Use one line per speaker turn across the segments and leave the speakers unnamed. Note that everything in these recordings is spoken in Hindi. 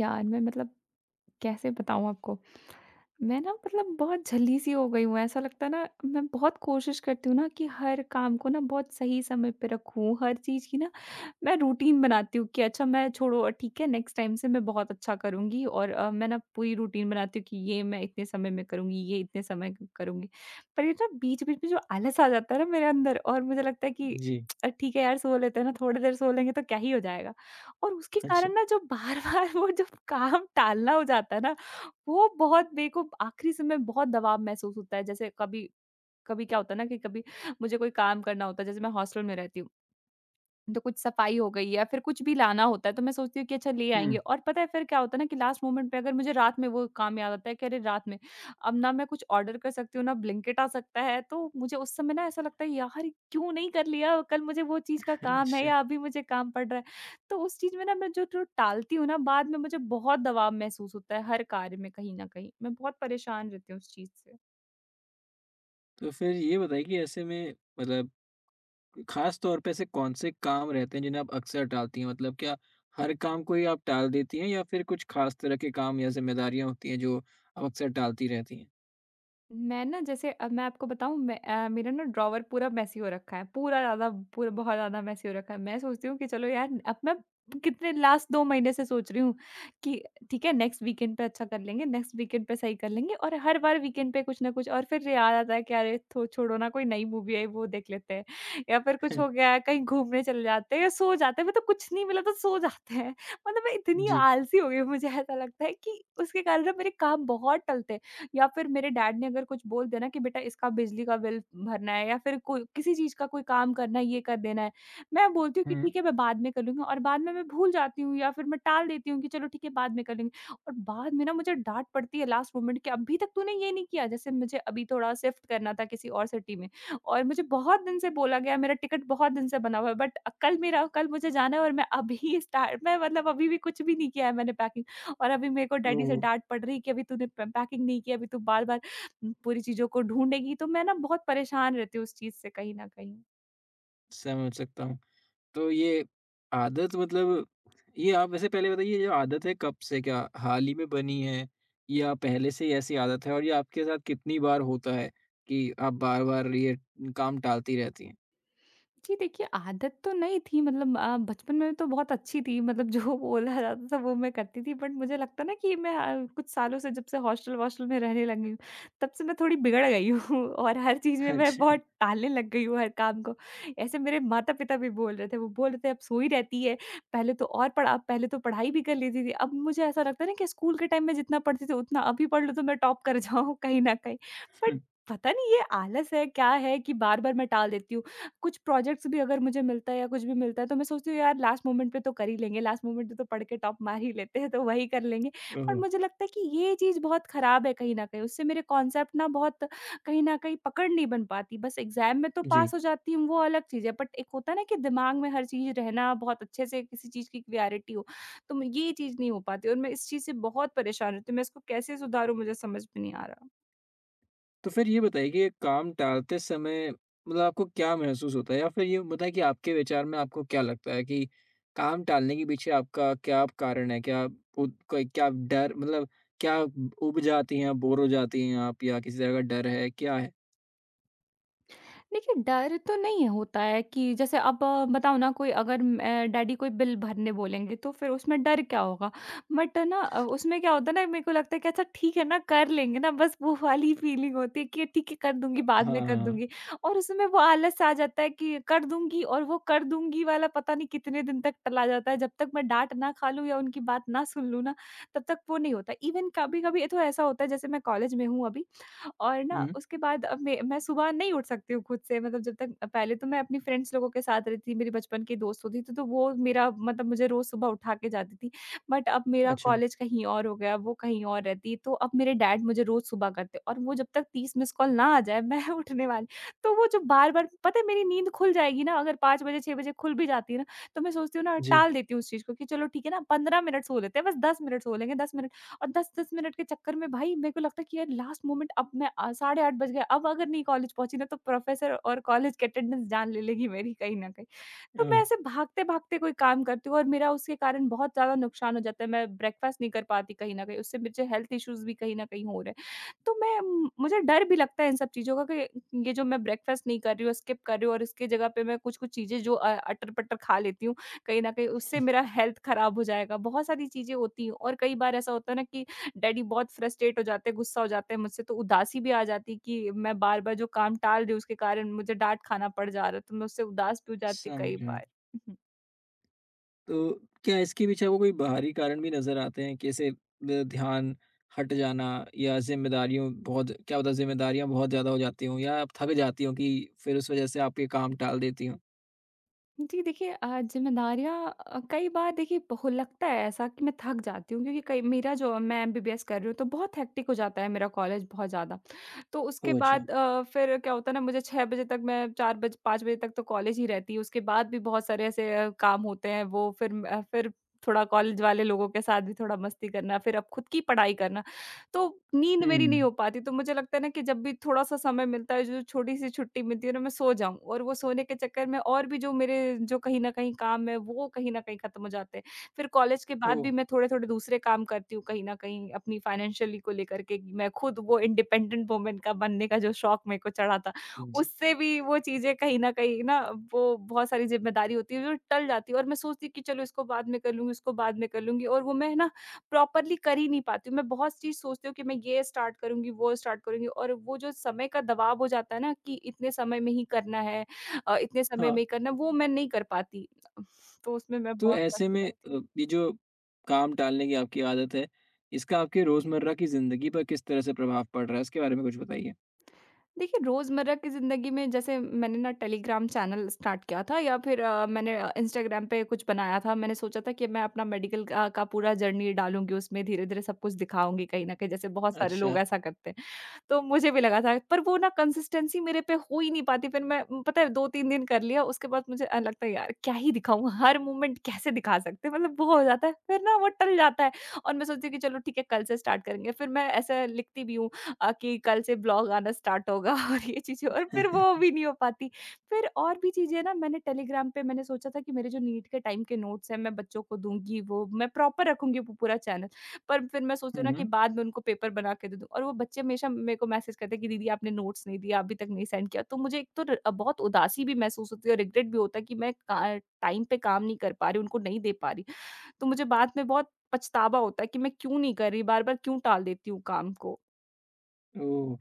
यार, मैं मतलब कैसे बताऊँ आपको? मैं ना मतलब बहुत झल्ली-सी हो गई हूँ, ऐसा लगता है ना। मैं बहुत कोशिश करती हूँ ना कि हर काम को ना बहुत सही समय पे रखूँ, हर चीज़ की ना। मैं रूटीन बनाती हूँ कि अच्छा, मैं छोड़ो, ठीक है, नेक्स्ट टाइम से मैं बहुत अच्छा करूँगी। और मैं ना पूरी रूटीन बनाती हूँ कि ये मैं इतने समय में करूँगी, ये इतने समय क करूँगी। पर ये ना बीच-बीच में जो आलस आ जाता है ना मेरे अंदर, और मुझे लगता है कि
जी,
ठीक है यार, सो लेते हैं ना, थोड़ी देर सो लेंगे तो क्या ही हो जाएगा। और उसके
अच्छा।
कारण ना जो बार-बार वो जो काम टालना हो जाता है ना, वो बहुत मेरे को आखिरी समय बहुत दबाव महसूस होता है। जैसे कभी कभी क्या होता है ना कि कभी मुझे कोई काम करना होता है, जैसे मैं हॉस्टल में रहती हूँ। तो कुछ सफाई हो गई या फिर कुछ भी लाना होता है, तो मैं सोचती हूँ कि अच्छा, ले आएँगे।
हुँ,
और पता है फिर क्या होता है ना कि लास्ट मोमेंट पे, अगर मुझे रात में वो काम याद आता है कि अरे, रात में अब ना मैं कुछ ऑर्डर कर सकती हूँ ना, ब्लिंकिट आ सकता है, तो मुझे उस समय ना ऐसा लगता है यार क्यों नहीं कर लिया, कल मुझे वो चीज़ का काम है
अच्छा।
या अभी मुझे काम पड़ रहा है। तो उस चीज़ में ना मैं जो जो टालती हूँ ना, बाद में मुझे बहुत दबाव महसूस होता है, हर कार्य में कहीं न कहीं। मैं बहुत परेशान रहती हूँ उस चीज़ से।
तो फिर ये बताइए कि ऐसे में ख़ास तौर पे ऐसे कौन-से काम रहते हैं जिन्हें आप अक्सर टालती हैं? मतलब क्या हर काम को ही आप टाल देती हैं या फिर कुछ ख़ास तरह के काम या ज़िम्मेदारियाँ होती हैं जो आप अक्सर टालती रहती हैं?
मैं ना जैसे अब मैं आपको बताऊँ, मेरा ना ड्रॉवर पूरा मेसी हो रखा है, पूरा बहुत ज़्यादा मेसी हो रखा है। मैं सोचती हूँ कि चलो यार, अब मैं कितने लास्ट 2 महीने से सोच रही हूँ कि ठीक है, नेक्स्ट वीकेंड पे अच्छा कर लेंगे, नेक्स्ट वीकेंड पे सही कर लेंगे, और हर बार वीकेंड पे कुछ ना कुछ। और फिर याद आता है कि अरे, थो छोड़ो ना, कोई नई मूवी आई, वो देख लेते हैं, या फिर कुछ हो गया, कहीं घूमने चले जाते हैं, या सो जाते हैं। मतलब कुछ नहीं मिला तो सो जाते हैं। मतलब मैं इतनी
जी।
आलसी हो गई हूँ, मुझे ऐसा लगता है कि उसके कारण ना मेरे काम बहुत टलते हैं। या फिर मेरे डैड ने अगर कुछ बोल दिया ना कि बेटा, इसका बिजली का बिल भरना है, या फिर कोई किसी चीज़ का कोई काम करना है, ये कर देना है। मैं बोलती हूँ कि
हुँ।
ठीक है, मैं बाद में कर लूँगी। और बाद में मैं भूल जाती हूँ या फिर मैं टाल देती हूँ कि चलो ठीक है, बाद में कर लेंगे। और बाद में ना मुझे डाँट पड़ती है लास्ट मोमेंट कि अभी तक तूने ये नहीं किया। जैसे मुझे अभी थोड़ा शिफ्ट करना था किसी और सिटी में, और मुझे बहुत दिन से बोला गया, मेरा टिकट बहुत दिन से बना हुआ है, बट कल मेरा कल मुझे जाना है, और मैं अभी स्टार्ट मैं मतलब अभी भी कुछ भी नहीं किया है मैंने पैकिंग। और अभी मेरे को डैडी से
ओह!
डाँट पड़ रही है कि अभी तूने प पैकिंग नहीं की, अभी तू बार-बार पूरी चीज़ों को ढूँढेगी, तो मैं ना बहुत परेशान रहती हूँ उस चीज़ से कहीं न कहीं।
समझ सकता हूँ। तो ये आदत ये आप वैसे पहले बताइए ये आदत है कब से, क्या हाल ही में बनी है या पहले से ही ऐसी आदत है? और ये आपके साथ कितनी बार होता है कि आप बार-बार ये काम टालती रहती हैं?
जी देखिए, आदत तो नहीं थी, मतलब बचपन में तो बहुत अच्छी थी, मतलब जो बोला जाता था वो मैं करती थी। बट मुझे लगता है ना कि मैं कुछ सालों से जब से हॉस्टल-वॉस्टल में रहने लगी हूँ, तब से मैं थोड़ी बिगड़ गई हूँ और हर चीज़ में मैं
अच्छा।
बहुत टालने लग गई हूँ, हर काम को। ऐसे मेरे माता-पिता भी बोल रहे थे, वो बोल रहे थे, "अब सोई रहती है, पहले तो पढ़ाई भी कर लेती थी।" अब मुझे ऐसा लगता है ना कि स्कूल के टाइम में जितना पढ़ती थी, उतना अभी पढ़ लूँ तो मैं टॉप कर जाऊँ कहीं न कहीं। बट
हम्म,
पता नहीं ये आलस है, क्या है, कि बार-बार मैं टाल देती हूँ। कुछ प्रोजेक्ट्स भी अगर मुझे मिलता है या कुछ भी मिलता है, तो मैं सोचती हूँ यार लास्ट मोमेंट पे तो कर ही लेंगे, लास्ट मोमेंट पे तो पढ़ के टॉप मार ही लेते हैं, तो वही कर लेंगे। पर
ओहो!
मुझे लगता है कि ये चीज़ बहुत ख़राब है कहीं न कहीं, उससे मेरे कॉन्सेप्ट ना बहुत कहीं न कहीं पकड़ नहीं बन पाती। बस एग्ज़ाम में तो
जी।
पास हो जाती हूँ, वो अलग चीज़ है। बट एक होता है ना कि दिमाग में हर चीज़ रहना बहुत अच्छे से, किसी चीज़ की क्लैरिटी हो, तो मैं ये चीज़ नहीं हो पाती, और मैं इस चीज़ से बहुत परेशान रहती हूँ। मैं इसको कैसे सुधारूँ, मुझे समझ में नहीं आ रहा।
तो फिर ये बताइए कि ये काम टालते समय आपको क्या महसूस होता है, या फिर ये बताएं कि आपके विचार में आपको क्या लगता है कि काम टालने के पीछे आपका क्या कारण है? क्या आप डर मतलब क्या ऊब जाती हैं, बोर हो जाती हैं आप, या किसी तरह का डर है, क्या है?
देखिए, डर तो नहीं होता है कि जैसे अब बताओ ना, कोई अगर डैडी कोई बिल भरने बोलेंगे, तो फिर उसमें डर क्या होगा? बट ना उसमें क्या होता है ना, मेरे को लगता है कि अच्छा ठीक है ना, कर लेंगे ना, बस वो वाली फीलिंग होती है कि ठीक है, कर दूँगी,
हाँ,
बाद में कर
हाँ।
दूँगी। और उसमें वो आलस आ जाता है कि कर दूँगी, और वो कर दूँगी वाला पता नहीं कितने दिन तक टला जाता है। जब तक मैं डाँट ना खा लूँ या उनकी बात ना सुन लूँ ना, तब तक वो नहीं होता। इवन कभी-कभी ये तो ऐसा होता है, जैसे मैं कॉलेज में हूँ अभी, और ना
हुँ,
उसके बाद अब मैं सुबह नहीं उठ सकती हूँ खुद से, मतलब जब तक पहले तो मैं अपनी फ्रेंड्स लोगों के साथ रहती थी, मेरी बचपन की दोस्त होती थी, तो वो मेरा मतलब मुझे रोज़ सुबह उठा के जाती थी। बट अब मेरा
अच्छा।
कॉलेज कहीं और हो गया, वो कहीं और रहती है, तो अब मेरे डैड मुझे रोज़ सुबह करते हैं, और वो जब तक 30 मिस्ड कॉल ना आ जाए, मैं उठने वाली। तो वो जो बार-बार पता है मेरी नींद खुल जाएगी ना, अगर 5 बजे 6 बजे खुल भी जाती है ना, तो मैं सोचती हूँ ना,
जी।
टाल देती हूँ उस चीज़ को कि चलो ठीक है ना, 15 मिनट सो लेते हैं, बस 10 मिनट सो लेंगे, 10 मिनट। और 10-10 मिनट के चक्कर में भाई मेरे को लगता है कि यार लास्ट मोमेंट, अब मैं 8:30 बज गए, अब अगर नहीं कॉलेज पहुँची ना, तो प्रोफ़ेसर और कॉलेज की अटेंडेंस जान ले लेगी मेरी कहीं न कहीं। तो मैं
अ,
ऐसे भागते-भागते कोई काम करती हूँ, और मेरा उसके कारण बहुत ज़्यादा नुकसान हो जाता है। मैं ब्रेकफ़ास्ट नहीं कर पाती कहीं न कहीं, उससे मुझे हेल्थ इश्यूज़ भी कहीं न कहीं हो रहे हैं। तो मैं मुझे डर भी लगता है इन सब चीज़ों का कि ये जो मैं ब्रेकफ़ास्ट नहीं कर रही हूँ, स्किप कर रही हूँ, और इसकी जगह पे मैं कुछ-कुछ चीज़ें जो अटर-पटर खा लेती हूँ, कहीं न कहीं उससे मेरा हेल्थ खराब हो जाएगा। बहुत सारी चीज़ें होती हैं, और कई बार ऐसा होता है ना कि डैडी बहुत फ्रस्ट्रेट हो जाते हैं, गुस्सा हो जाते हैं मुझसे। तो उदासी भी आ जाती है कि मैं बार-बार जो काम टाल रही हूँ, उसके कारण मुझे डाँट खाना पड़ जा रहा है, तो मैं उससे उदास भी हो जाती कई
समझा।
बार।
तो क्या इसके पीछे आपको कोई बाहरी कारण भी नज़र आते हैं? कैसे ब ध्यान हट जाना, या ज़िम्मेदारियों बहुत क्या पता ज़िम्मेदारियाँ बहुत ज़्यादा हो जाती हों या आप थक जाती हों कि फिर उस वज़ह से आपके काम टाल देती हों?
जी देखिए ज़िम्मेदारियाँ कई बार देखिए बहु लगता है ऐसा कि मैं थक जाती हूँ, क्योंकि कई मेरा जो मैं एमबीबीएस कर रही हूँ, तो बहुत हेक्टिक हो जाता है मेरा कॉलेज बहुत ज़्यादा। तो उसके
ओह! अच्छा।
बाद फिर क्या होता है ना, मुझे 6 बजे तक मैं 4 बज 5 बजे तक तो कॉलेज ही रहती है। उसके बाद भी बहुत सारे ऐसे काम होते हैं, वो फिर थोड़ा कॉलेज वाले लोगों के साथ भी थोड़ा मस्ती करना, फिर अब खुद की पढ़ाई करना। तो नींद मेरी नहीं
हुँ।
हो पाती, तो मुझे लगता है ना कि जब भी थोड़ा-सा समय मिलता है, जो छोटी-सी छुट्टी मिलती है ना, मैं सो जाऊँ। और वो सोने के चक्कर में और भी जो मेरे जो कहीं न कहीं काम है, वो कहीं न कहीं खत्म हो जाते हैं। फिर कॉलेज के बाद
ओह!
भी मैं थोड़े-थोड़े दूसरे काम करती हूँ कहीं न कहीं अपनी फाइनेंशियली को लेकर के, कि मैं खुद वो इंडिपेंडेंट वूमन का बनने का जो शौक मेरे को चढ़ा था,
जी।
उससे भी वो चीज़ें कहीं न कहीं ना, वो बहुत सारी ज़िम्मेदारी होती है, जो टल जाती है, और मैं सोचती हूँ कि चलो इसको बाद में कर लूँगी, उसको बाद में कर लूँगी, और वो मैं ना प्रॉपरली कर ही नहीं पाती हूँ। मैं बहुत चीज़ सोचती हूँ कि मैं ये स्टार्ट करूँगी, वो स्टार्ट करूँगी, और वो जो समय का दबाव हो जाता है ना कि इतने समय में ही करना है, इतने समय
हाँ,
में ही करना है, वो मैं नहीं कर पाती। तो उसमें मैं
तो
बहुत
ऐसे
फँसी
में
रहती हूँ।
ये जो काम टालने की आपकी आदत है, इसका आपके रोज़मर्रा की ज़िंदगी पर किस तरह से प्रभाव पड़ रहा है? उसके बारे में कुछ बताइए।
देखिए, रोज़मर्रा की ज़िंदगी में जैसे मैंने ना टेलीग्राम चैनल स्टार्ट किया था, या फिर मैंने इंस्टाग्राम पे कुछ बनाया था। मैंने सोचा था कि मैं अपना मेडिकल का पूरा जर्नी डालूँगी उसमें, धीरे-धीरे सब कुछ दिखाऊँगी कहीं न कहीं, जैसे बहुत सारे लोग
अच्छा।
ऐसा करते हैं। तो मुझे भी लगा था, पर वो ना कंसिस्टेंसी मेरे पे हो ही नहीं पाती, फिर मैं पता है 2-3 दिन कर लिया। उसके बाद मुझे लगता है यार क्या ही दिखाऊँ, हर मूवमेंट कैसे दिखा सकते हैं, मतलब वो हो जाता है, फिर ना वो टल जाता है, और मैं सोचती हूँ कि चलो ठीक है कल से स्टार्ट करेंगे। फिर मैं ऐसा लिखती भी हूँ कि कल से ब्लॉग आना स्टार्ट होगा और ये चीज़ें, और फिर वो भी नहीं हो पाती। फिर और भी चीज़ें ना, मैंने टेलीग्राम पे मैंने सोचा था कि मेरे जो नीट के टाइम के नोट्स हैं, मैं बच्चों को दूँगी वो, मैं प्रॉपर रखूँगी वो पूरा चैनल। पर फिर मैं सोचती हूँ
हुँ,
ना कि
हुँ।
बाद में उनको पेपर बना के दे दूँ, और वो बच्चे हमेशा मेरे को मैसेज करते हैं कि दीदी, आपने नोट्स नहीं दिया, अभी तक नहीं सेंड किया। तो मुझे एक तो र बहुत उदासी भी महसूस होती है, और रिग्रेट भी होता है कि मैं का टाइम पे काम नहीं कर पा रही, उनको नहीं दे पा रही। तो मुझे बाद में बहुत पछतावा होता है कि मैं क्यों नहीं कर रही, बार-बार क्यों टाल देती हूँ काम को।
ओह!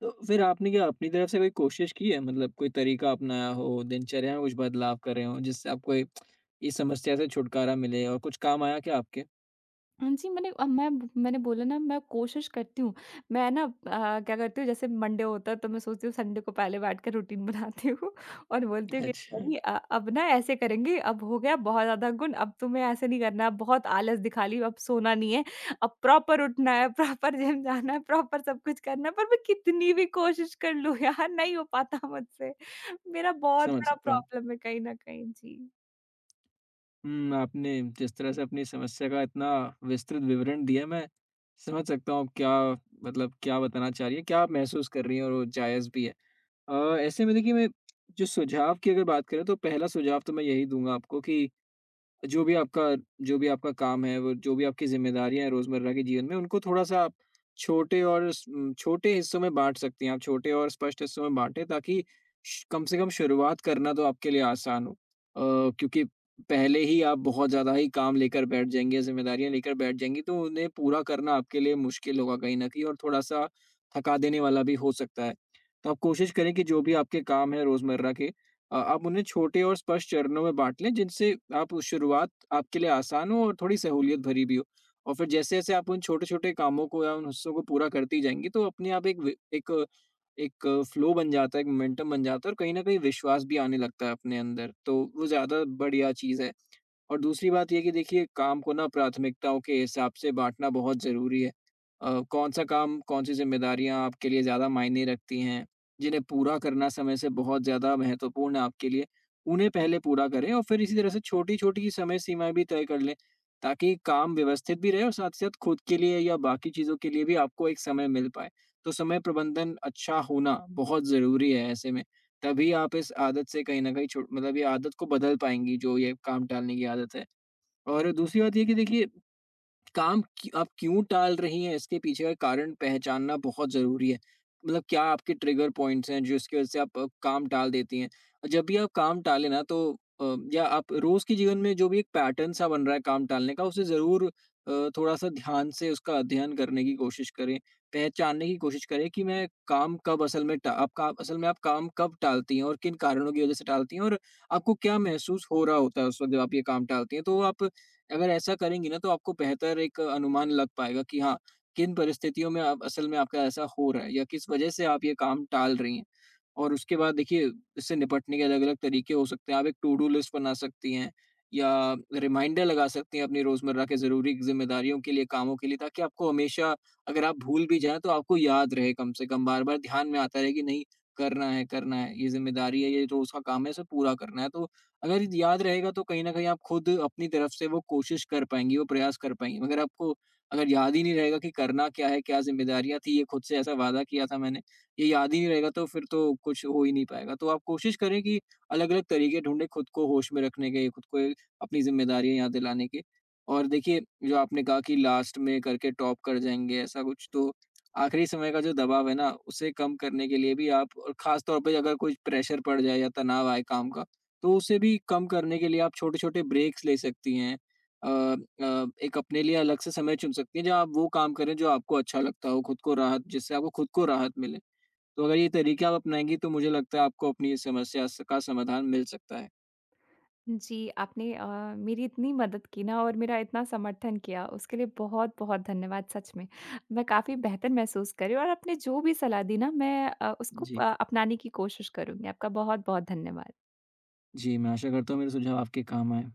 तो फिर आपने क्या अपनी तरफ से कोई कोशिश की है? मतलब कोई तरीका अपनाया हो, दिनचर्या में कुछ बदलाव कर रहे हों, जिससे आपको ये इस समस्या से छुटकारा मिले, और कुछ काम आया क्या आपके?
हाँ जी, मैंने मैंने बोला ना मैं कोशिश करती हूँ। मैं ना क्या करती हूँ, जैसे मंडे होता है, तो मैं सोचती हूँ संडे को पहले बैठ कर रूटीन बनाती हूँ और बोलती हूँ कि
अच्छा,
मम्मी, अब ना ऐसे करेंगे, अब हो गया बहुत ज़्यादा गुण, अब तुम्हें ऐसे नहीं करना, अब बहुत आलस दिखा ली, अब सोना नहीं है, अब प्रॉपर उठना है, प्रॉपर जिम जाना है, प्रॉपर सब कुछ करना है। पर मैं कितनी भी कोशिश कर लूँ यार, नहीं हो पाता मुझसे। मेरा बहुत
समझ
बड़ा
सकता हूँ।
प्रॉब्लम है कहीं न कहीं। जी।
हुँ, आपने जिस तरह से अपनी समस्या का इतना विस्तृत विवरण दिया, मैं समझ सकता हूँ आप क्या मतलब क्या बताना चाह रही हैं, क्या आप महसूस कर रही हैं, और वो जायज़ भी है। ऐसे में देखिए, मैं जो सुझाव की अगर बात करें, तो पहला सुझाव तो मैं यही दूँगा आपको कि जो भी आपका जो भी आपका काम है, वो जो भी आपकी ज़िम्मेदारियाँ हैं रोज़मर्रा के जीवन में, उनको थोड़ा-सा आप छोटे और स उम, छोटे हिस्सों में बाँट सकती हैं। आप छोटे और स्पष्ट हिस्सों में बाँटें ताकि श कम से कम शुरुआत करना तो आपके लिए आसान हो। क्योंकि पहले ही आप बहुत ज़्यादा ही काम लेकर बैठ जाएँगी या ज़िम्मेदारियाँ लेकर बैठ जाएँगी, तो उन्हें पूरा करना आपके लिए मुश्किल होगा कहीं न कहीं, और थोड़ा-सा थका देने वाला भी हो सकता है। तो आप कोशिश करें कि जो भी आपके काम हैं रोज़मर्रा के, आप उन्हें छोटे और स्पष्ट चरणों में बाँट लें, जिनसे आप उस शुरुआत आपके लिए आसान हो और थोड़ी सहूलियत भरी भी हो। और फिर जैसे-जैसे आप उन छोटे-छोटे कामों को या उन हिस्सों को पूरा करती जाएँगी, तो अपने आप एक वे एक एक फ्लो बन जाता है, एक मोमेंटम बन जाता है, और कहीं न कहीं विश्वास भी आने लगता है अपने अंदर। तो वो ज़्यादा बढ़िया चीज़ है। और दूसरी बात ये है कि देखिए, काम को ना प्राथमिकताओं के हिसाब से बाँटना बहुत ज़रूरी है। कौन-सा काम, कौन-सी ज़िम्मेदारियाँ आपके लिए ज़्यादा मायने रखती हैं, जिन्हें पूरा करना समय से बहुत ज़्यादा महत्वपूर्ण है आपके लिए, उन्हें पहले पूरा करें और फिर इसी तरह से छोटी-छोटी समय सीमाएँ भी तय कर लें, ताकि काम व्यवस्थित भी रहे और साथ ही साथ खुद के लिए या बाकी चीज़ों के लिए भी आपको एक समय मिल पाए। तो समय प्रबंधन अच्छा होना बहुत ज़रूरी है ऐसे में। तभी आप इस आदत से कहीं न कहीं छुट मतलब ये आदत को बदल पाएँगी, जो ये काम टालने की आदत है। और दूसरी बात ये है कि देखिए, आप क्यों टाल रही हैं इसके पीछे का कारण पहचानना बहुत ज़रूरी है। मतलब क्या आपके ट्रिगर पॉइंट्स हैं जो इसकी वजह से आप काम टाल देती हैं, और जब भी आप काम टालें ना तो या आप रोज़ के जीवन में जो भी एक पैटर्न सा बन रहा है काम टालने का, उसे ज़रूर थोड़ा सा ध्यान से उसका अध्ययन करने की कोशिश करें, पहचानने की कोशिश करें कि मैं काम कब असल में टा- आप काम असल में, आप काम कब टालती हैं और किन कारणों की वजह से टालती हैं, और आपको क्या महसूस हो रहा होता है उस वक्त जब आप ये काम टालती हैं। तो आप अगर ऐसा करेंगी ना, तो आपको बेहतर एक अनुमान लग पाएगा कि हाँ, किन परिस्थितियों में आप असल में आपका ऐसा हो रहा है या किस वजह से आप ये काम टाल रही हैं। और उसके बाद देखिए, इससे निपटने के अलग-अलग तरीके हो सकते हैं। आप एक टू डू लिस्ट बना सकती हैं या रिमाइंडर लगा सकती हैं अपनी रोज़मर्रा के ज़रूरी ज़िम्मेदारियों के लिए, कामों के लिए, ताकि आपको हमेशा, अगर आप भूल भी जाएँ तो आपको याद रहे, कम से कम बार-बार ध्यान में आता रहे कि नहीं करना है, करना है, ये ज़िम्मेदारी है, ये रोज़ का काम है, इसे पूरा करना है। तो अगर याद रहेगा तो कहीं न कहीं आप खुद अपनी तरफ से वो कोशिश कर पाएँगी, वो प्रयास कर पाएँगी। मगर आपको अगर याद ही नहीं रहेगा कि करना क्या है, क्या ज़िम्मेदारियाँ थी, ये खुद से ऐसा वादा किया था मैंने, ये याद ही नहीं रहेगा, तो फिर तो कुछ हो ही नहीं पाएगा। तो आप कोशिश करें कि अलग-अलग तरीके ढूँढें खुद को होश में रखने के, खुद को एक अपनी ज़िम्मेदारियाँ याद दिलाने के। और देखिए, जो आपने कहा कि लास्ट में करके टॉप कर जाएँगे, ऐसा कुछ तो, आखिरी समय का जो दबाव है ना, उसे कम करने के लिए भी आप, और ख़ास तौर पे अगर कोई प्रेशर पड़ जाए या तनाव आए काम का, तो उसे भी कम करने के लिए आप छोटे-छोटे ब्रेक्स ले सकती हैं। अ एक अपने लिए अलग से समय चुन सकती हैं जहाँ आप वो काम करें जो आपको अच्छा लगता हो, खुद को राहत जिससे आपको खुद को राहत मिले। तो अगर ये तरीके आप अपनाएँगी तो मुझे लगता है आपको अपनी इस समस्या स का समाधान मिल सकता है।
जी, आपने मेरी इतनी मदद की ना, और मेरा इतना समर्थन किया, उसके लिए बहुत-बहुत धन्यवाद सच में। मैं काफ़ी बेहतर महसूस कर रही हूँ, और आपने जो भी सलाह दी ना, मैं उसको
जी।
अपनाने की कोशिश करूँगी। आपका बहुत-बहुत धन्यवाद।
जी, मैं आशा करता हूँ मेरे सुझाव आपके काम आएँ।